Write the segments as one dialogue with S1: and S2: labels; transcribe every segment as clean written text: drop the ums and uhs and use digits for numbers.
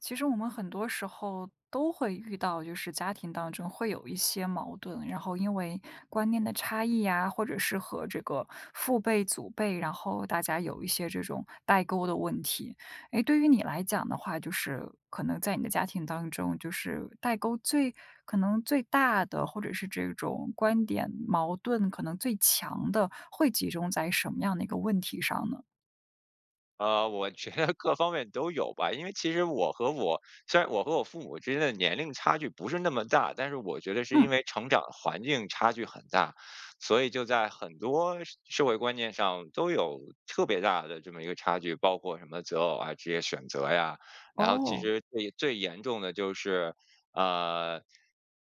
S1: 其实我们很多时候都会遇到，就是家庭当中会有一些矛盾，然后因为观念的差异呀，或者是和这个父辈、祖辈，然后大家有一些这种代沟的问题。诶，对于你来讲的话，就是可能在你的家庭当中，就是代沟可能最大的，或者是这种观点矛盾可能最强的，会集中在什么样的一个问题上呢？
S2: 我 觉得各方面都有吧，因为其实我和我虽然我和我父母之间的年龄差距不是那么大，但是我觉得是
S1: 嗯
S2: 因为成长环境差距很大，所以就在很多社会观念上都有特别大的这么一个差距，包括什么择偶啊、职业选择呀，然后其
S1: 哦
S2: 实最最严重的就是呃，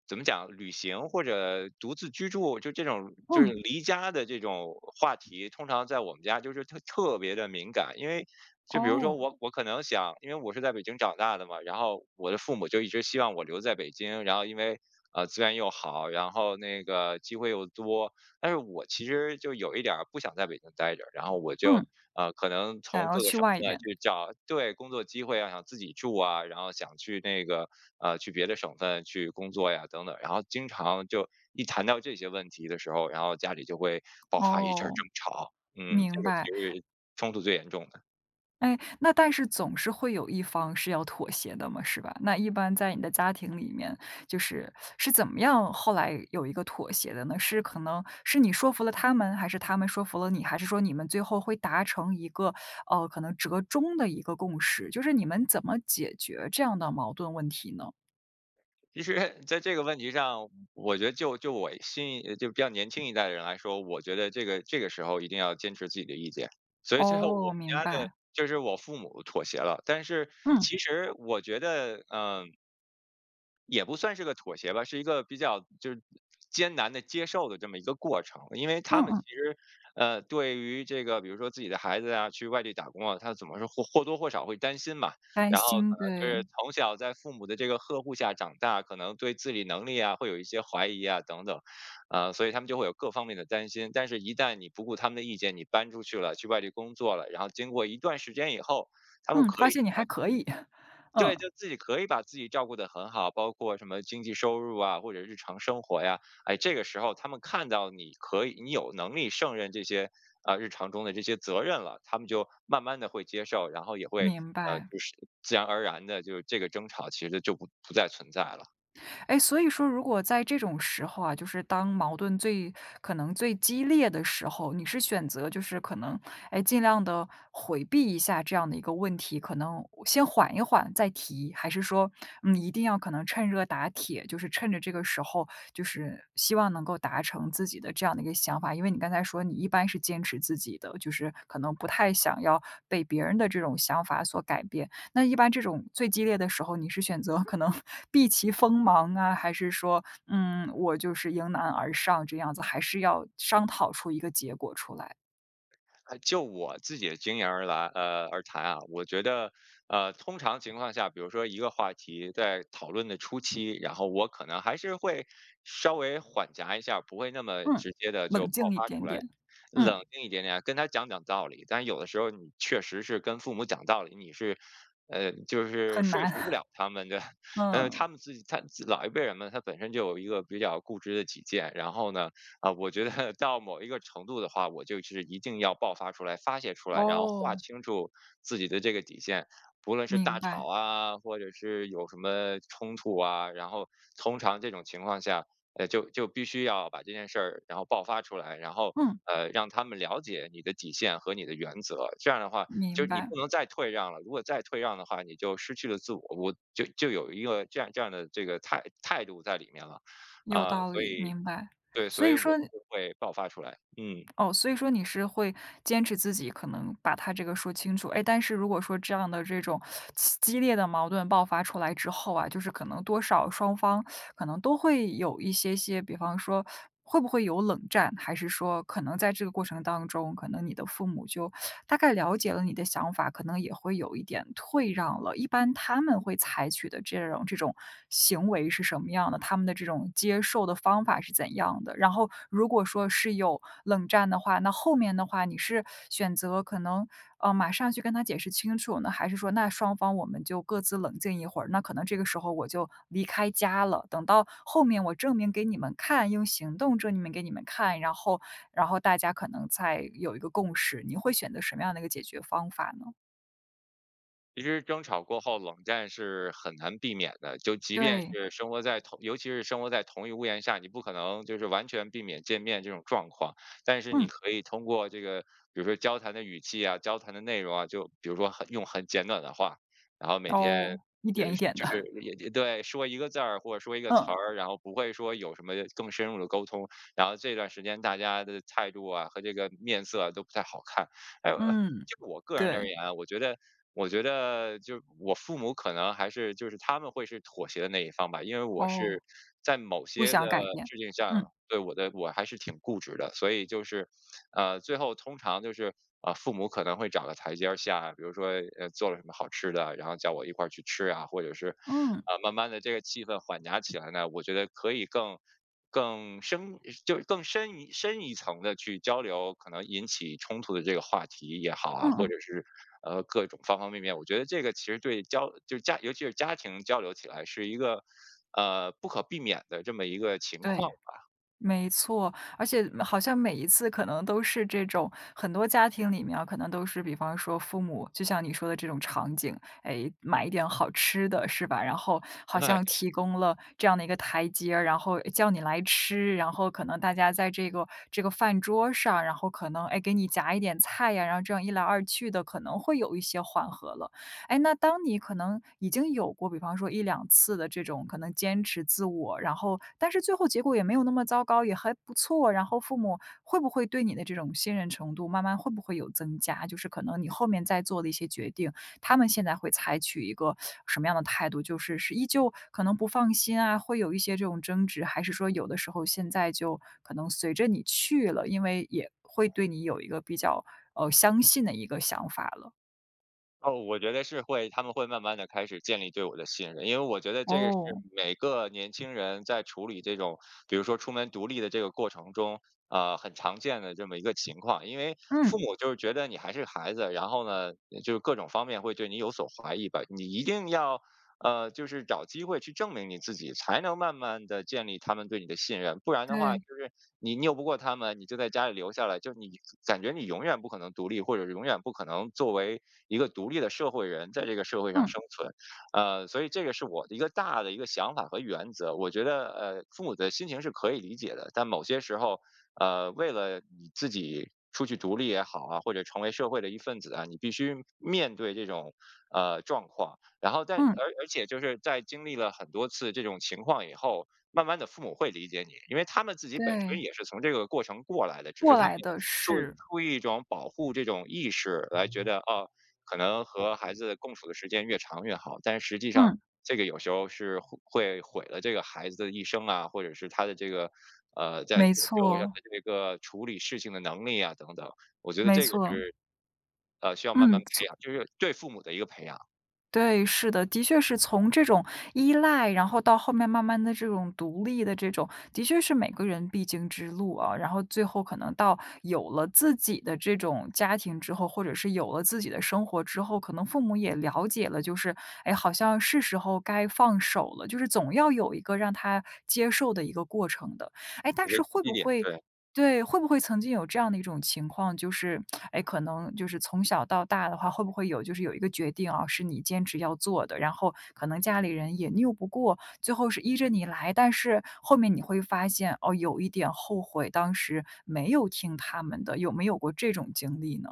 S2: 怎么讲，旅行或者独自居住，就这种就是
S1: 嗯
S2: 离家的这种话题，通常在我们家就是特别的敏感。因为就比如说
S1: 哦，
S2: 我可能想，因为我是在北京长大的嘛，然后我的父母就一直希望我留在北京，然后因为资源又好，然后那个机会又多，但是我其实就有一点儿不想在北京待着，然后我就
S1: 嗯，
S2: 可能
S1: 想
S2: 从
S1: 要
S2: 各个
S1: 去
S2: 省
S1: 外
S2: 份
S1: 边。
S2: 去找对，工作机会啊，想自己住啊，然后想去那个，去别的省份去工作呀等等。然后经常就一谈到这些问题的时候，然后家里就会爆发一阵儿
S1: 哦，
S2: 争吵。嗯，这
S1: 明
S2: 个其
S1: 白。
S2: 实是冲突最严重的。
S1: 哎，那但是总是会有一方是要妥协的嘛，是吧？那一般在你的家庭里面，就是是怎么样后来有一个妥协的呢？是可能是你说服了他们，还是他们说服了你，还是说你们最后会达成一个可能折中的一个共识？就是你们怎么解决这样的矛盾问题呢？
S2: 其实在这个问题上，我觉得就就我新一就比较年轻一代的人来说，我觉得这个时候一定要坚持自己的意见。所以最后我
S1: 哦，
S2: 们
S1: 明
S2: 家的
S1: 白。
S2: 就是我父母妥协了，但是
S1: 嗯
S2: 其实我觉得，嗯、也不算是个妥协吧，是一个比较就是艰难的接受的这么一个过程。因为他
S1: 嗯
S2: 们其
S1: 嗯，
S2: 实，对于这个比如说自己的孩子啊，去外地打工啊，他怎么说或多或少会担心嘛。
S1: 担
S2: 然后可
S1: 心，
S2: 能就是
S1: 对，
S2: 从小在父母的这个呵护下长大，可能对自理能力啊，会有一些怀疑啊等等，所以他们就会有各方面的担心。但是一旦你不顾他们的意见，你搬出去了，去外地工作了，然后经过一段时间以后，他们
S1: 嗯，
S2: 可
S1: 发
S2: 以
S1: 现你还可以，嗯，
S2: 对，就自己可以把自己照顾得很好，包括什么经济收入啊，或者日常生活呀，哎，这个时候他们看到你可以，你有能力胜任这些啊、日常中的这些责任了，他们就慢慢的会接受，然后也会
S1: 明白。
S2: 就是自然而然的，就是这个争吵其实就不再存在了。
S1: 哎，所以说如果在这种时候啊，就是当矛盾可能最激烈的时候，你是选择就是可能，哎，尽量的回避一下这样的一个问题，可能先缓一缓再提，还是说，嗯，一定要可能趁热打铁，就是趁着这个时候，就是希望能够达成自己的这样的一个想法？因为你刚才说你一般是坚持自己的，就是可能不太想要被别人的这种想法所改变。那一般这种最激烈的时候，你是选择可能 避其锋芒啊，还是说，嗯，我就是迎难而上这样子，还是要商讨出一个结果出来？
S2: 就我自己的经验而来，而谈啊，我觉得，通常情况下，比如说一个话题在讨论的初期，然后我可能还是会稍微缓夹一下，不会那么
S1: 嗯，
S2: 直接的就
S1: 冷
S2: 爆
S1: 静一
S2: 发出
S1: 点
S2: 来，
S1: 点。嗯，
S2: 冷静一点点啊，跟他讲讲道理。但有的时候你确实是跟父母讲道理，你是，就是
S1: 很
S2: 说
S1: 难。
S2: 服不了他们的，
S1: 嗯，
S2: 他们自己，他老一辈人们他本身就有一个比较固执的己见，然后呢。啊，我觉得到某一个程度的话，我就是一定要爆发出来、发泄出来，然后划
S1: 哦，
S2: 清楚自己的这个底线。不论是
S1: 明
S2: 大吵
S1: 白。
S2: 啊，或者是有什么冲突啊，然后通常这种情况下，就必须要把这件事儿然后爆发出来，然后
S1: 嗯，
S2: 让他们了解你的底线和你的原则。这样的话，就
S1: 明
S2: 是你
S1: 白，
S2: 不能再退让了。如果再退让的话，你就失去了自我，我就有一个这样的这个态度在里面了。
S1: 有
S2: 啊、
S1: 道
S2: 所
S1: 理，
S2: 以
S1: 明白。
S2: 对，
S1: 所
S2: 所以
S1: 以
S2: 我
S1: 说
S2: 就是会爆发出来。嗯，
S1: 哦，所以说你是会坚持自己可能把他这个说清楚，哎，但是如果说这样的这种激烈的矛盾爆发出来之后啊，就是可能多少双方可能都会有一些，比方说会不会有冷战，还是说可能在这个过程当中，可能你的父母就大概了解了你的想法，可能也会有一点退让了。一般他们会采取的这种行为是什么样的？他们的这种接受的方法是怎样的？然后如果说是有冷战的话，那后面的话你是选择可能马上去跟他解释清楚呢，还是说那双方我们就各自冷静一会儿，那可能这个时候我就离开家了，等到后面我证明给你们看，用行动证明给你们看，然后大家可能才有一个共识。你会选择什么样的一个解决方法呢？
S2: 其实争吵过后，冷战是很难避免的。就即便
S1: 对，
S2: 是生活在同，尤其是生活在同一屋檐下，你不可能就是完全避免见面这种状况。但是你
S1: 嗯，
S2: 可以通过这个，比如说交谈的语气啊，交谈的内容啊，就比如说很用很简短的话，然后每天
S1: 哦，一点一点
S2: 就是
S1: 的，
S2: 也对说一个字儿或者说一个 词
S1: 嗯
S2: 儿，然后不会说有什么更深入的沟通。然后这段时间大家的态度啊和这个面色啊都不太好看。哎，
S1: 嗯，
S2: 就我个人而
S1: 对，
S2: 言啊，我觉得，我觉得就我父母可能还是就是他们会是妥协的那一方吧，因为我
S1: 哦，
S2: 是在某
S1: 不
S2: 些的
S1: 想改变，
S2: 事情上，
S1: 嗯
S2: 对我的我还是挺固执的，所以就是最后通常就是父母可能会找个台阶儿下，比如说做了什么好吃的，然后叫我一块儿去吃啊，或者是
S1: 嗯
S2: 慢慢的这个气氛缓和起来呢，我觉得可以更深，更深一层的去交流，可能引起冲突的这个话题也好啊，
S1: 嗯
S2: 或
S1: 嗯，
S2: 者是各种方方面面，我觉得这个其实对交就是家，尤其是家庭交流起来是一个。不可避免的这么一个情况
S1: 对。
S2: 吧，
S1: 没错，而且好像每一次可能都是这种很多家庭里面啊，可能都是比方说父母，就像你说的这种场景，哎，买一点好吃的是吧？然后好像 提供了这样的一个台阶儿然后叫你来吃，然后可能大家在这个饭桌上，然后可能哎给你夹一点菜呀，然后这样一来二去的，可能会有一些缓和了。哎，那当你可能已经有过，比方说一两次的这种可能坚持自我，然后但是最后结果也没有那么糟糕，也还不错，然后父母会不会对你的这种信任程度慢慢会不会有增加？就是可能你后面再做的一些决定，他们现在会采取一个什么样的态度？就是是依旧可能不放心啊，会有一些这种争执，还是说有的时候现在就可能随着你去了，因为也会对你有一个比较，相信的一个想法了？
S2: 哦，我觉得是会，他们会慢慢的开始建立对我的信任。因为我觉得这个是
S1: 哦，
S2: 每个年轻人在处理这种，比如说出门独立的这个过程中，很常见的这么一个情况。因为
S1: 嗯。
S2: 父母就是觉得你还是孩子，然后呢，就是各种方面会对你有所怀疑吧。你一定要，就是找机会去证明你自己，才能慢慢的建立他们对你的信任。不然的话，就
S1: 对，
S2: 是你拗不过他们，你就在家里留下来，就你感觉你永远不可能独立，或者永远不可能作为一个独立的社会人在这个社会上
S1: 嗯，
S2: 生存。所以这个是我的一个大的一个想法和原则。我觉得，父母的心情是可以理解的，但某些时候，为了你自己出去独立也好啊，或者成为社会的一份子啊，你必须面对这种状况。然后但
S1: 嗯，
S2: 而而且就是在经历了很多次这种情况以后，慢慢的父母会理解你，因为他们自己本身
S1: 对，
S2: 也是从这个过程过来的，只是
S1: 过
S2: 他们
S1: 来的
S2: 出
S1: 是，
S2: 出于一种保护这种意识来觉得哦。可能和孩子共处的时间越长越好，但是实际上
S1: 嗯。
S2: 这个有时候是会毁了这个孩子的一生啊，或者是他的这个在社
S1: 没
S2: 会上的
S1: 错，
S2: 这个处理事情的能力啊等等。我觉得
S1: 没
S2: 这个
S1: 错，
S2: 是需要慢慢
S1: 嗯，
S2: 培
S1: 从
S2: 养，就是对父母的一个培养，
S1: 对，是的，的确是从这种依赖，然后到后面慢慢的这种独立的这种，的确是每个人必经之路啊。然后最后可能到有了自己的这种家庭之后，或者是有了自己的生活之后，可能父母也了解了，就是，哎，好像是时候该放手了，就是总要有一个让他接受的一个过程的。哎，但
S2: 一个
S1: 是
S2: 积
S1: 会
S2: 极
S1: 不
S2: 点，
S1: 会
S2: 对。
S1: 对，会不会曾经有这样的一种情况，就是，哎，可能就是从小到大的话，会不会有就是有一个决定啊，是你坚持要做的，然后可能家里人也拗不过，最后是依着你来，但是后面你会发现，哦，有一点后悔当时没有听他们的，有没有过这种经历呢？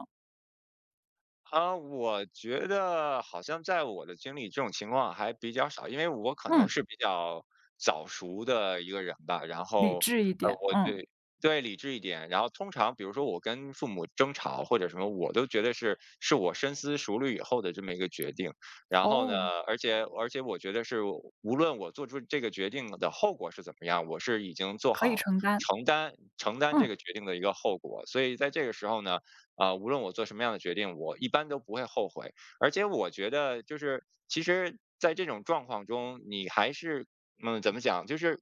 S2: 啊，我觉得好像在我的经历，这种情况还比较少，因为我可能
S1: 嗯，
S2: 是比较早熟的一个人吧。然
S1: 理
S2: 后，
S1: 智一点，
S2: 我
S1: 嗯，
S2: 对对理智一点。然后，通常比如说我跟父母争吵或者什么，我都觉得是我深思熟虑以后的这么一个决定。然后呢，
S1: 哦，
S2: 而且我觉得是无论我做出这个决定的后果是怎么样，我是已经做
S1: 可以
S2: 好
S1: 承担，
S2: 承担
S1: 嗯，
S2: 这个决定的一个后果。所以在这个时候呢。啊、无论我做什么样的决定，我一般都不会后悔。而且我觉得，就是其实，在这种状况中，你还是嗯，怎么讲，就是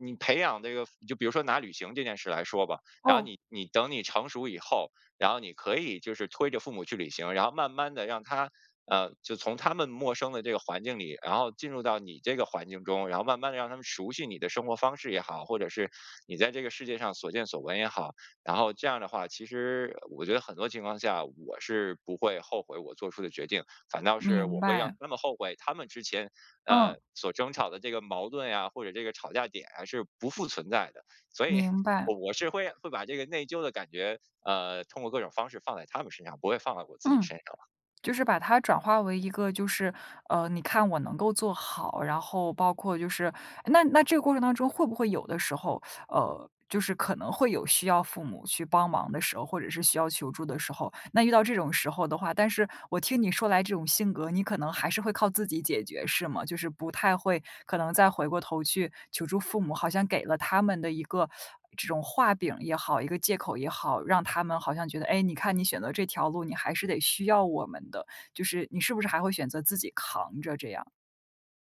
S2: 你培养这个，就比如说拿旅行这件事来说吧，然后
S1: 哦，
S2: 你等你成熟以后，然后你可以就是推着父母去旅行，然后慢慢的让他。就从他们陌生的这个环境里，然后进入到你这个环境中，然后慢慢的让他们熟悉你的生活方式也好，或者是你在这个世界上所见所闻也好，然后这样的话，其实我觉得很多情况下我是不会后悔我做出的决定，反倒是我
S1: 明
S2: 会让
S1: 白，
S2: 他们后悔，他们之前呃
S1: 嗯，
S2: 所争吵的这个矛盾呀、或者这个吵架点啊是不复存在的。所以
S1: 明白，
S2: 我是会把这个内疚的感觉，通过各种方式放在他们身上，不会放在我自己
S1: 嗯。
S2: 身上。
S1: 就是把它转化为一个就是，你看我能够做好，然后包括就是哎那这个过程当中会不会有的时候，就是可能会有需要父母去帮忙的时候，或者是需要求助的时候。那遇到这种时候的话，但是我听你说来这种性格，你可能还是会靠自己解决，是吗？就是不太会，可能再回过头去求助父母，好像给了他们的一个这种画饼也好，一个借口也好，让他们好像觉得，哎，你看你选择这条路，你还是得需要我们的，就是你是不是还会选择自己扛着这样？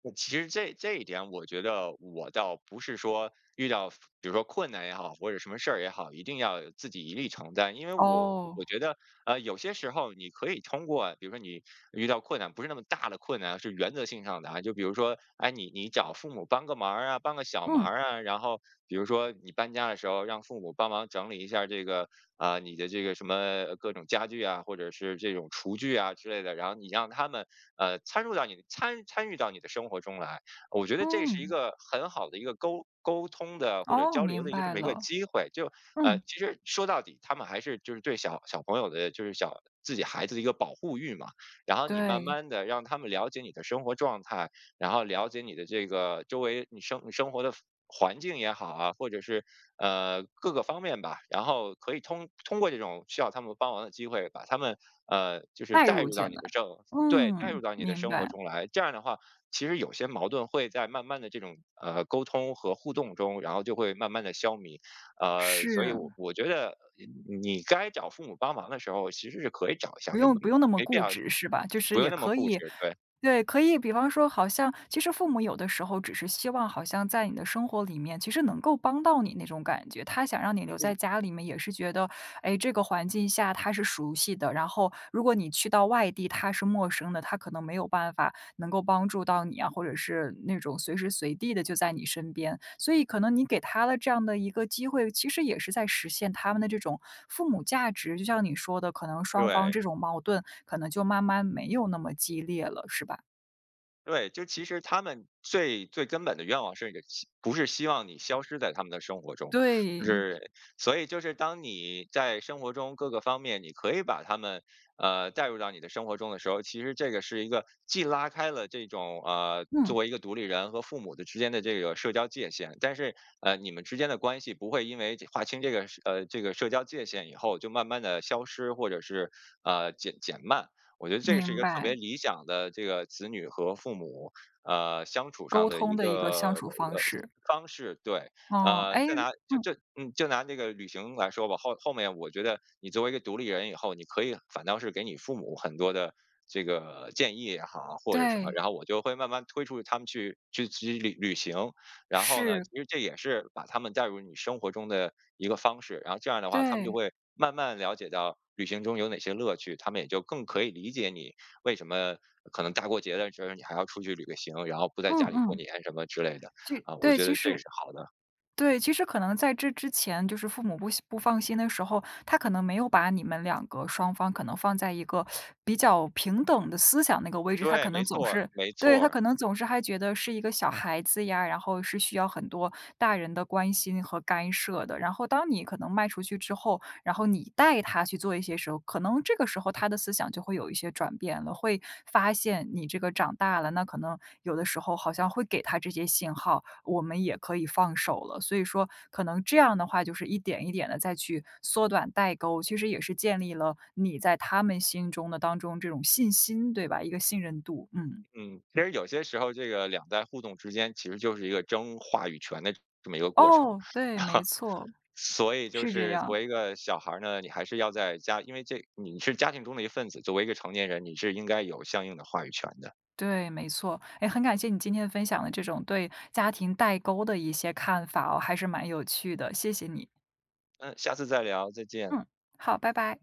S2: 那其实这一点，我觉得我倒不是说遇到，比如说困难也好，或者什么事儿也好，一定要自己一力承担。因为我
S1: 哦，
S2: 觉得，有些时候你可以通过，比如说你遇到困难，不是那么大的困难，是原则性上的啊。就比如说，哎，你找父母帮个忙儿啊，帮个小忙
S1: 嗯
S2: 儿啊。然后比如说你搬家的时候，让父母帮忙整理一下儿这个啊、你的这个什么各种家具啊，或者是这种厨具啊之类的。然后你让他们。参入到你的参与到你的生活中来。我觉得这是一
S1: 嗯，
S2: 个很好的一个沟通的或者
S1: 哦，
S2: 交流
S1: 明
S2: 的一个这
S1: 白
S2: 么一个
S1: 了，
S2: 机会。就
S1: 嗯，
S2: 其实说到底，他们还是就是对小朋友的，就是小自己孩子的一个保护欲嘛。然后你慢
S1: 对。
S2: 慢的让他们了解你的生活状态，然后了解你的这个周围你生活的。环境也好啊，或者是各个方面吧，然后可以通过这种需要他们帮忙的机会，把他们就是
S1: 带
S2: 带
S1: 入
S2: 入
S1: 进
S2: 到你
S1: 来，
S2: 的对，带入
S1: 嗯，
S2: 到你的
S1: 明
S2: 生活
S1: 白，
S2: 中来。这样的话，其实有些矛盾会在慢慢的这种沟通和互动中，然后就会慢慢的消弭。所以
S1: 是，
S2: 我觉得你该找父母帮忙的时候，其实是可以找一下，
S1: 不
S2: 也不
S1: 用不用那么
S2: 没必
S1: 固
S2: 要是
S1: 执是吧？就
S2: 不
S1: 是
S2: 用
S1: 也
S2: 那么
S1: 可
S2: 固
S1: 以
S2: 执。对，
S1: 对，可以比方说好像其实父母有的时候只是希望好像在你的生活里面，其实能够帮到你那种感觉，他想让你留
S2: 就是
S1: 在家里面也是觉得，哎，这个环境下他是熟悉的，然后如果你去到外地，他是陌生的，他可能没有办法能够帮助到你啊，或者是那种随时随地的就在你身边。所以可能你给他了这样的一个机会，其实也是在实现他们的这种父母价值。就像你说的，可能双方
S2: 对。
S1: 这种矛盾可能就慢慢没有那么激烈了，是吧？
S2: 对，就其实他们最最根本的愿望是希不是希望你消失在他们的生活中，就
S1: 对，
S2: 是所以就是当你在生活中各个方面，你可以把他们带入到你的生活中的时候，其实这个是一个既拉开了这种作
S1: 嗯，
S2: 为一个独立人和父母的之间的这个社交界限，但是你们之间的关系不会因为这划清这个这个社交界限以后就慢慢的消失或者是减慢。我觉得这个是一
S1: 明
S2: 个特
S1: 白，
S2: 别理想的这个子女和父母相处上
S1: 沟
S2: 的
S1: 通
S2: 一
S1: 的一个相
S2: 个
S1: 处方
S2: 呃
S1: 式。
S2: 方式。对，
S1: 哦，哎，
S2: 再拿就
S1: 嗯，
S2: 就嗯就拿这个旅行来说吧，后后面我觉得你作为一个独立人以后，你可以反倒是给你父母很多的。这个建议也好啊，或者什么，
S1: 对，
S2: 然后我就会慢慢推出他们去旅行，然后呢，其
S1: 是，
S2: 实这也是把他们带入你生活中的一个方式，然后这样的话，他们就
S1: 对，
S2: 会慢慢了解到旅行中有哪些乐趣，他们也就更可以理解你为什么可能大过节的时候你还要出去旅个行，然后不在
S1: 嗯
S2: 家里过
S1: 嗯，
S2: 年什么之类的啊，我
S1: 对，
S2: 觉
S1: 其
S2: 得这个是
S1: 实
S2: 好的。
S1: 对，其实可能在这之前，就是父母不放心的时候，他可能没有把你们两个双方可能放在一个比较平等的思想那个位置，他
S2: 对，
S1: 可
S2: 没
S1: 能总
S2: 错儿，
S1: 是
S2: 没
S1: 对，
S2: 错
S1: 他
S2: 儿。
S1: 可能总是还觉得是一个小孩子呀，然后是需要很多大人的关心和干涉的。然后当你可能迈出去之后，然后你带他去做一些时候，可能这个时候他的思想就会有一些转变了，会发现你这个长大了，那可能有的时候好像会给他这些信号，我们也可以放手了。所以说，可能这样的话，就是一点一点的再去缩短代沟，其实也是建立了你在他们心中的当中这种信心，对吧？一个信任度，嗯，
S2: 嗯，其实有些时候这个两代互动之间其实就是一个争话语权的这么一个过程，
S1: 哦，对，
S2: 然后
S1: 没错，
S2: 所以就
S1: 是这
S2: 是作
S1: 样。
S2: 为一个小孩儿呢，你还是要在家，因为这你是家庭中的一份子，作为一个成年人，你是应该有相应的话语权的。
S1: 对，没错。哎，很感谢你今天分享的这种对家庭代沟的一些看法哦，还是蛮有趣的，谢谢你。
S2: 嗯，下次再聊，再见。
S1: 嗯，好，拜拜。